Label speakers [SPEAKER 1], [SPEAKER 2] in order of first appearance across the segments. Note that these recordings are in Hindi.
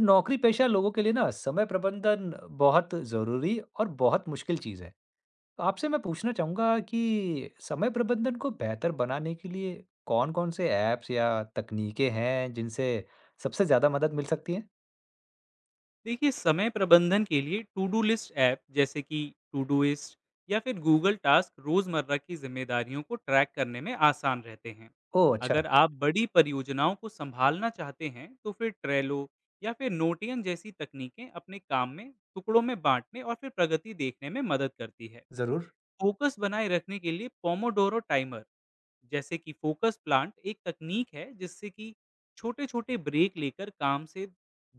[SPEAKER 1] नौकरी पेशा लोगों के लिए ना समय प्रबंधन बहुत ज़रूरी और बहुत मुश्किल चीज़ है। तो आपसे मैं पूछना चाहूँगा कि समय प्रबंधन को बेहतर बनाने के लिए कौन-कौन से ऐप्स या तकनीकें हैं जिनसे सबसे ज़्यादा मदद मिल सकती है?
[SPEAKER 2] देखिए समय प्रबंधन के लिए टू डू लिस्ट ऐप जैसे कि टू डूइस्ट या फिर गूगल टास्क रोजमर्रा की जिम्मेदारियों को ट्रैक करने में आसान रहते हैं।
[SPEAKER 1] ओह अच्छा,
[SPEAKER 2] अगर आप बड़ी परियोजनाओं को संभालना चाहते हैं तो फिर ट्रेलो या फिर नोटियन जैसी तकनीकें अपने काम में टुकड़ों में बांटने और फिर प्रगति देखने में मदद करती है।
[SPEAKER 1] ज़रूर।
[SPEAKER 2] फोकस बनाए रखने के लिए पोमोडोरो टाइमर जैसे कि फोकस प्लांट एक तकनीक है जिससे कि छोटे-छोटे ब्रेक लेकर काम से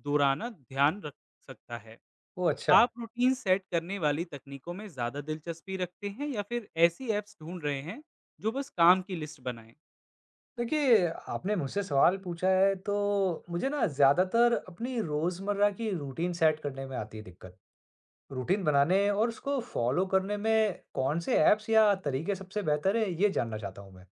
[SPEAKER 2] दोराना ध्यान रख सकता है।
[SPEAKER 1] ओह अच्छा।
[SPEAKER 2] आप रूटीन सेट करने वाली तकनीकों में ज़्यादा दिलचस्पी रखते हैं या फिर ऐसी ऐप्स ढूंढ रहे हैं जो बस काम की लिस्ट बनाएं?
[SPEAKER 1] देखिए, आपने मुझसे सवाल पूछा है तो मुझे ना ज़्यादातर अपनी रोज़मर्रा की रूटीन सेट करने में आती है दिक्कत। रूटीन बनाने और उसको फ़ॉलो करने में कौन से ऐप्स या तरीके सबसे बेहतर है ये जानना चाहता हूँ मैं।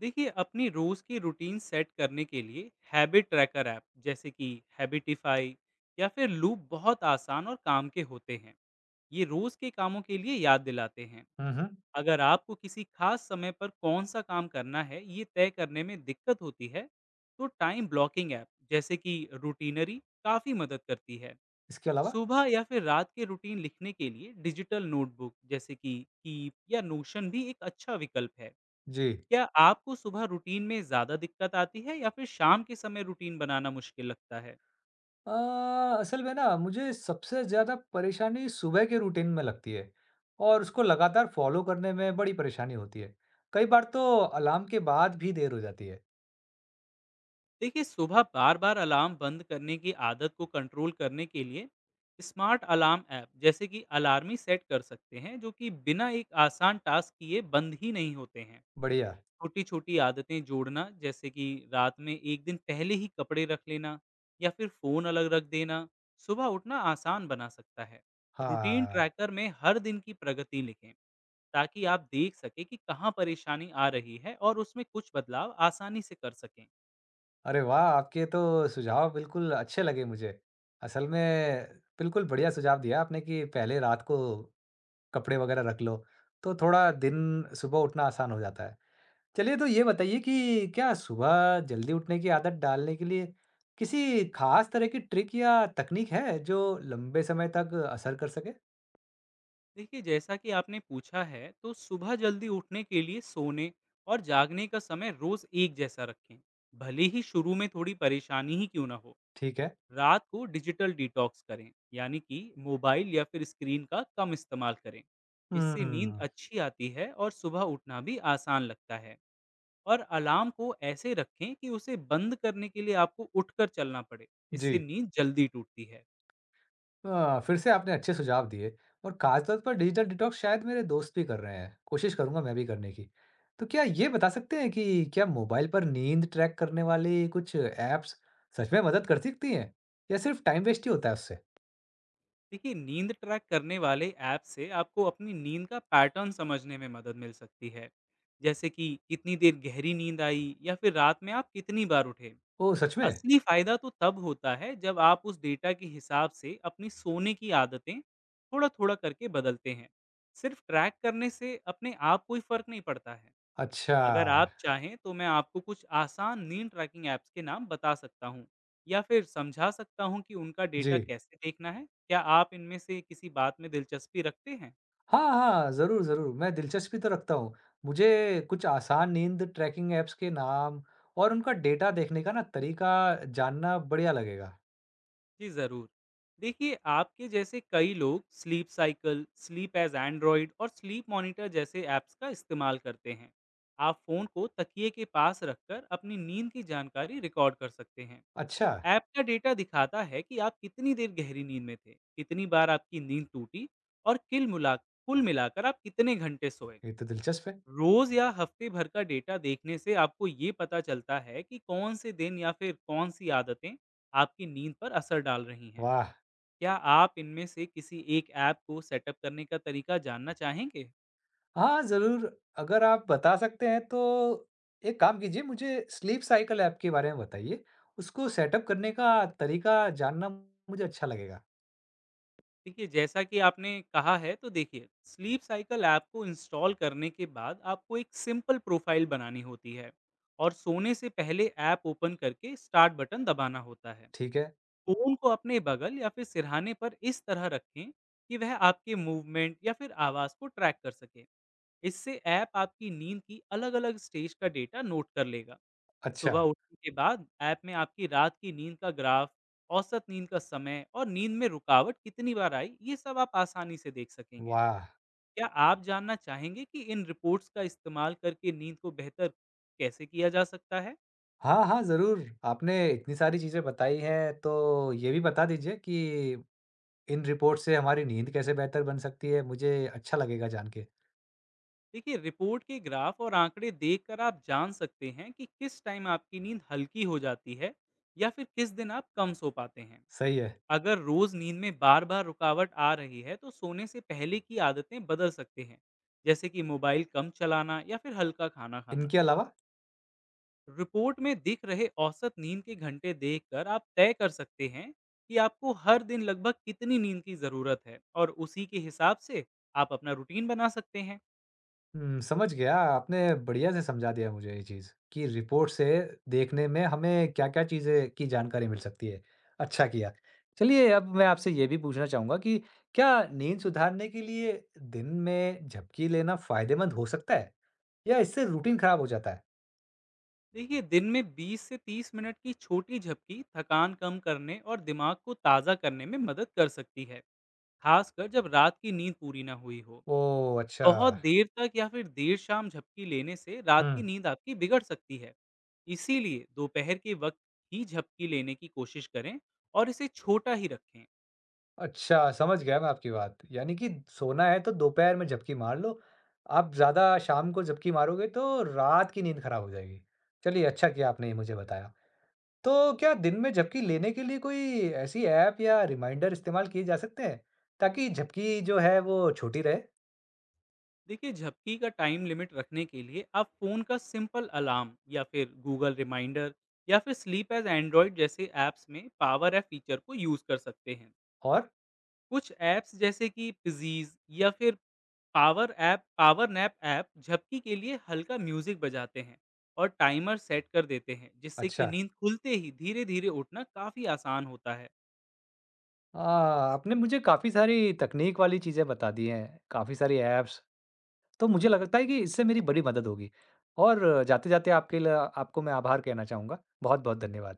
[SPEAKER 2] देखिए अपनी रोज़ की रूटीन सेट करने के लिए हैबिट ट्रैकर ऐप जैसे कि हैबिटिफाई या फिर लूप बहुत आसान और काम के होते हैं। ये रोज़ के कामों के लिए याद दिलाते हैं।
[SPEAKER 1] हुँ, हुँ।
[SPEAKER 2] अगर आपको किसी खास समय पर कौन-सा काम करना है, ये तय करने में दिक्कत होती है, तो टाइम ब्लॉकिंग ऐप जैसे कि रूटीनरी काफ़ी मदद करती है।
[SPEAKER 1] इसके अलावा?
[SPEAKER 2] सुबह या फिर रात के रूटीन लिखने के लिए डिजिटल नोटबुक जैसे कि कीप या नोशन भी एक अच्छा विकल्प है।
[SPEAKER 1] जी।
[SPEAKER 2] क्या आपको सुबह रूटीन में ज़्यादा दिक्कत आती है या फिर शाम के समय रूटीन बनाना मुश्किल लगता है?
[SPEAKER 1] अ, असल में ना मुझे सबसे ज़्यादा परेशानी सुबह के रूटीन में लगती है और उसको लगातार फ़ॉलो करने में बड़ी परेशानी होती है। कई बार तो अलार्म के बाद भी देर हो जाती है।
[SPEAKER 2] देखिए सुबह बार बार अलार्म बंद करने की आदत को कंट्रोल करने के लिए स्मार्ट अलार्म ऐप जैसे कि अलार्मी सेट कर सकते हैं जो कि बिना एक आसान टास्क किए बंद ही नहीं होते हैं।
[SPEAKER 1] बढ़िया।
[SPEAKER 2] छोटी छोटी आदतें जोड़ना जैसे कि रात में एक दिन पहले ही कपड़े रख लेना या फिर फ़ोन अलग रख देना सुबह उठना आसान बना सकता है। रूटीन
[SPEAKER 1] हाँ।
[SPEAKER 2] ट्रैकर में हर दिन की प्रगति लिखें ताकि आप देख सकें कि कहाँ परेशानी आ रही है और उसमें कुछ बदलाव आसानी से कर सकें।
[SPEAKER 1] अरे वाह! आपके तो सुझाव बिल्कुल अच्छे लगे मुझे। असल में बिल्कुल बढ़िया सुझाव दिया आपने कि पहले रात को कपड़े वगैरह रख लो, तो थोड़ा दिन सुबह उठना आसान हो जाता है। चलिए तो ये बताइए कि क्या सुबह जल्दी उठने की आदत डालने के लिए किसी खास तरह की ट्रिक या तकनीक है जो लंबे समय तक असर कर सके?
[SPEAKER 2] देखिए जैसा कि आपने पूछा है तो सुबह जल्दी उठने के लिए सोने और जागने का समय रोज एक जैसा रखें, भले ही शुरू में थोड़ी परेशानी ही क्यों ना हो।
[SPEAKER 1] ठीक है।
[SPEAKER 2] रात को डिजिटल डिटॉक्स करें, यानी कि मोबाइल या फिर स्क्रीन का कम इस्तेमाल करें। इससे नींद
[SPEAKER 1] हम्म,
[SPEAKER 2] अच्छी आती है और सुबह उठना भी आसान लगता है। और अलार्म को ऐसे रखें कि उसे बंद करने के लिए आपको उठकर चलना पड़े।
[SPEAKER 1] जी।
[SPEAKER 2] इससे नींद जल्दी टूटती है।
[SPEAKER 1] फिर से आपने अच्छे सुझाव दिए और खासतौर पर डिजिटल डिटॉक्स शायद मेरे दोस्त भी कर रहे हैं। कोशिश करूँगा मैं भी करने की। तो क्या ये बता सकते हैं कि क्या मोबाइल पर नींद ट्रैक करने वाली कुछ ऐप्स सच में मदद कर सकती हैं या सिर्फ टाइम वेस्ट ही होता है उससे?
[SPEAKER 2] देखिए नींद ट्रैक करने वाले ऐप से आपको अपनी नींद का पैटर्न समझने में मदद मिल सकती है, जैसे कि कितनी देर गहरी नींद आई या फिर रात में आप कितनी बार उठे।
[SPEAKER 1] ओह सच में?
[SPEAKER 2] असली फायदा तो तब होता है जब आप उस डेटा के हिसाब से अपनी सोने की आदतें थोड़ा थोड़ा करके बदलते हैं। सिर्फ ट्रैक करने से अपने आप कोई फर्क नहीं पड़ता है।
[SPEAKER 1] अच्छा।
[SPEAKER 2] अगर आप चाहें तो मैं आपको कुछ आसान नींद ट्रैकिंग ऐप्स के नाम बता सकता हूँ या फिर समझा सकता हूँ कि उनका
[SPEAKER 1] जी।
[SPEAKER 2] डेटा कैसे देखना है। क्या आप इनमें से किसी बात में दिलचस्पी रखते हैं?
[SPEAKER 1] हाँ, हाँ, ज़रूर, ज़रूर, मैं दिलचस्पी तो रखता हूँ। मुझे कुछ आसान नींद ट्रैकिंग ऐप्स के नाम और उनका डेटा देखने का ना तरीका जानना बढ़िया लगेगा।
[SPEAKER 2] जी ज़रूर। देखिए आपके जैसे कई लोग sleep cycle, sleep as Android और स्लीप मॉनिटर जैसे ऐप्स का इस्तेमाल करते हैं। आप फ़ोन को तकिए के पास रखकर अपनी नींद की जानकारी रिकॉर्ड कर सकते हैं।
[SPEAKER 1] अच्छा,
[SPEAKER 2] ऐप का डेटा दिखाता है कि आप कितनी देर गहरी नींद में थे, कितनी बार आपकी नींद टूटी और किल मिला कुल मिलाकर आप कितने घंटे सोए।
[SPEAKER 1] ये तो दिलचस्प है।
[SPEAKER 2] रोज या हफ्ते भर का डेटा देखने से आपको ये पता चलता है कि कौन से दिन या फिर कौन सी आदतें आपकी नींद पर असर डाल रही हैं।
[SPEAKER 1] वाह!
[SPEAKER 2] क्या आप इनमें से किसी एक ऐप को सेटअप करने का तरीका जानना चाहेंगे?
[SPEAKER 1] हाँ, ज़रूर, अगर आप बता सकते हैं तो एक काम कीजिए, मुझे स्लीप साइकिल ऐप के बारे में बताइए। उसको सेटअप करने का तरीका जानना मुझे अच्छा लगेगा।
[SPEAKER 2] देखिए जैसा कि आपने कहा है तो देखिए स्लीप साइकिल ऐप को इंस्टॉल करने के बाद आपको एक सिंपल प्रोफाइल बनानी होती है और सोने से पहले ऐप ओपन करके स्टार्ट बटन दबाना होता है।
[SPEAKER 1] ठीक है,
[SPEAKER 2] फोन को अपने बगल या फिर सिरहाने पर इस तरह रखें कि वह आपके मूवमेंट या फिर आवाज़ को ट्रैक कर सके। इससे ऐप आपकी नींद की अलग अलग स्टेज का डेटा नोट कर लेगा।
[SPEAKER 1] अच्छा,
[SPEAKER 2] सुबह उठने के बाद ऐप में आपकी रात की नींद का ग्राफ, औसत नींद का समय और नींद में रुकावट कितनी बार आई, ये सब आप आसानी से देख सकेंगे।
[SPEAKER 1] वाह!
[SPEAKER 2] क्या आप जानना चाहेंगे कि इन रिपोर्ट्स का इस्तेमाल करके नींद को बेहतर कैसे किया जा सकता है?
[SPEAKER 1] हाँ, हाँ, ज़रूर, आपने इतनी सारी चीज़ें बताई हैं, तो ये भी बता दीजिए कि इन रिपोर्ट से हमारी नींद कैसे बेहतर बन सकती है, मुझे अच्छा लगेगा जान के।
[SPEAKER 2] देखिए, रिपोर्ट के ग्राफ और आंकड़े देखकर आप जान सकते हैं कि किस टाइम आपकी नींद हल्की हो जाती है या फिर किस दिन आप कम सो पाते हैं।
[SPEAKER 1] सही है।
[SPEAKER 2] अगर रोज नींद में बार बार रुकावट आ रही है तो सोने से पहले की आदतें बदल सकते हैं, जैसे कि मोबाइल कम चलाना या फिर हल्का खाना खाना।
[SPEAKER 1] इनके अलावा
[SPEAKER 2] रिपोर्ट में दिख रहे औसत नींद के घंटे देखकर आप तय कर सकते हैं कि आपको हर दिन लगभग कितनी नींद की ज़रूरत है और उसी के हिसाब से आप अपना रूटीन बना सकते हैं।
[SPEAKER 1] समझ गया, आपने बढ़िया से समझा दिया मुझे ये चीज़ कि रिपोर्ट से देखने में हमें क्या-क्या चीज़ें की जानकारी मिल सकती है। अच्छा किया। चलिए, अब मैं आपसे ये भी पूछना चाहूँगा कि क्या नींद सुधारने के लिए दिन में झपकी लेना फ़ायदेमंद हो सकता है या इससे रूटीन खराब हो जाता है?
[SPEAKER 2] देखिए दिन में 20 से 30 मिनट की छोटी झपकी थकान कम करने और दिमाग को ताज़ा करने में मदद कर सकती है, खासकर जब रात की नींद पूरी ना हुई हो।
[SPEAKER 1] ओह! अच्छा।
[SPEAKER 2] बहुत देर तक या फिर देर शाम झपकी लेने से रात की
[SPEAKER 1] हुँ।
[SPEAKER 2] नींद आपकी बिगड़ सकती है। इसीलिए दोपहर के वक्त ही झपकी लेने की कोशिश करें और इसे छोटा ही रखें।
[SPEAKER 1] अच्छा, समझ गया मैं आपकी बात। यानी कि सोना है तो दोपहर में झपकी मार लो। आप ज़्यादा शाम को झपकी मारोगे तो रात की नींद खराब हो जाएगी। चलिए अच्छा किया आपने ये मुझे बताया। तो क्या दिन में झपकी लेने के लिए कोई ऐसी ऐप या रिमाइंडर इस्तेमाल किए जा सकते हैं ताकि झपकी जो है वो छोटी रहे?
[SPEAKER 2] देखिए झपकी का टाइम लिमिट रखने के लिए आप फ़ोन का सिंपल अलार्म या फिर गूगल रिमाइंडर या फिर स्लीप एज एंड्रॉइड जैसे ऐप्स में पावर ऐप फीचर को यूज़ कर सकते हैं।
[SPEAKER 1] और
[SPEAKER 2] कुछ ऐप्स जैसे कि फिजीज या फिर power app power nap app झपकी के लिए हल्का म्यूजिक बजाते हैं और टाइमर सेट कर देते हैं जिससे कि
[SPEAKER 1] अच्छा,
[SPEAKER 2] नींद खुलते ही धीरे धीरे उठना काफी आसान होता है।
[SPEAKER 1] आ, आपने मुझे काफ़ी सारी तकनीक वाली चीज़ें बता दी हैं, काफ़ी सारी ऐप्स तो मुझे लगता है कि इससे मेरी बड़ी मदद होगी और जाते-जाते आपके ल आपको मैं आभार कहना चाहूँगा। बहुत-बहुत धन्यवाद।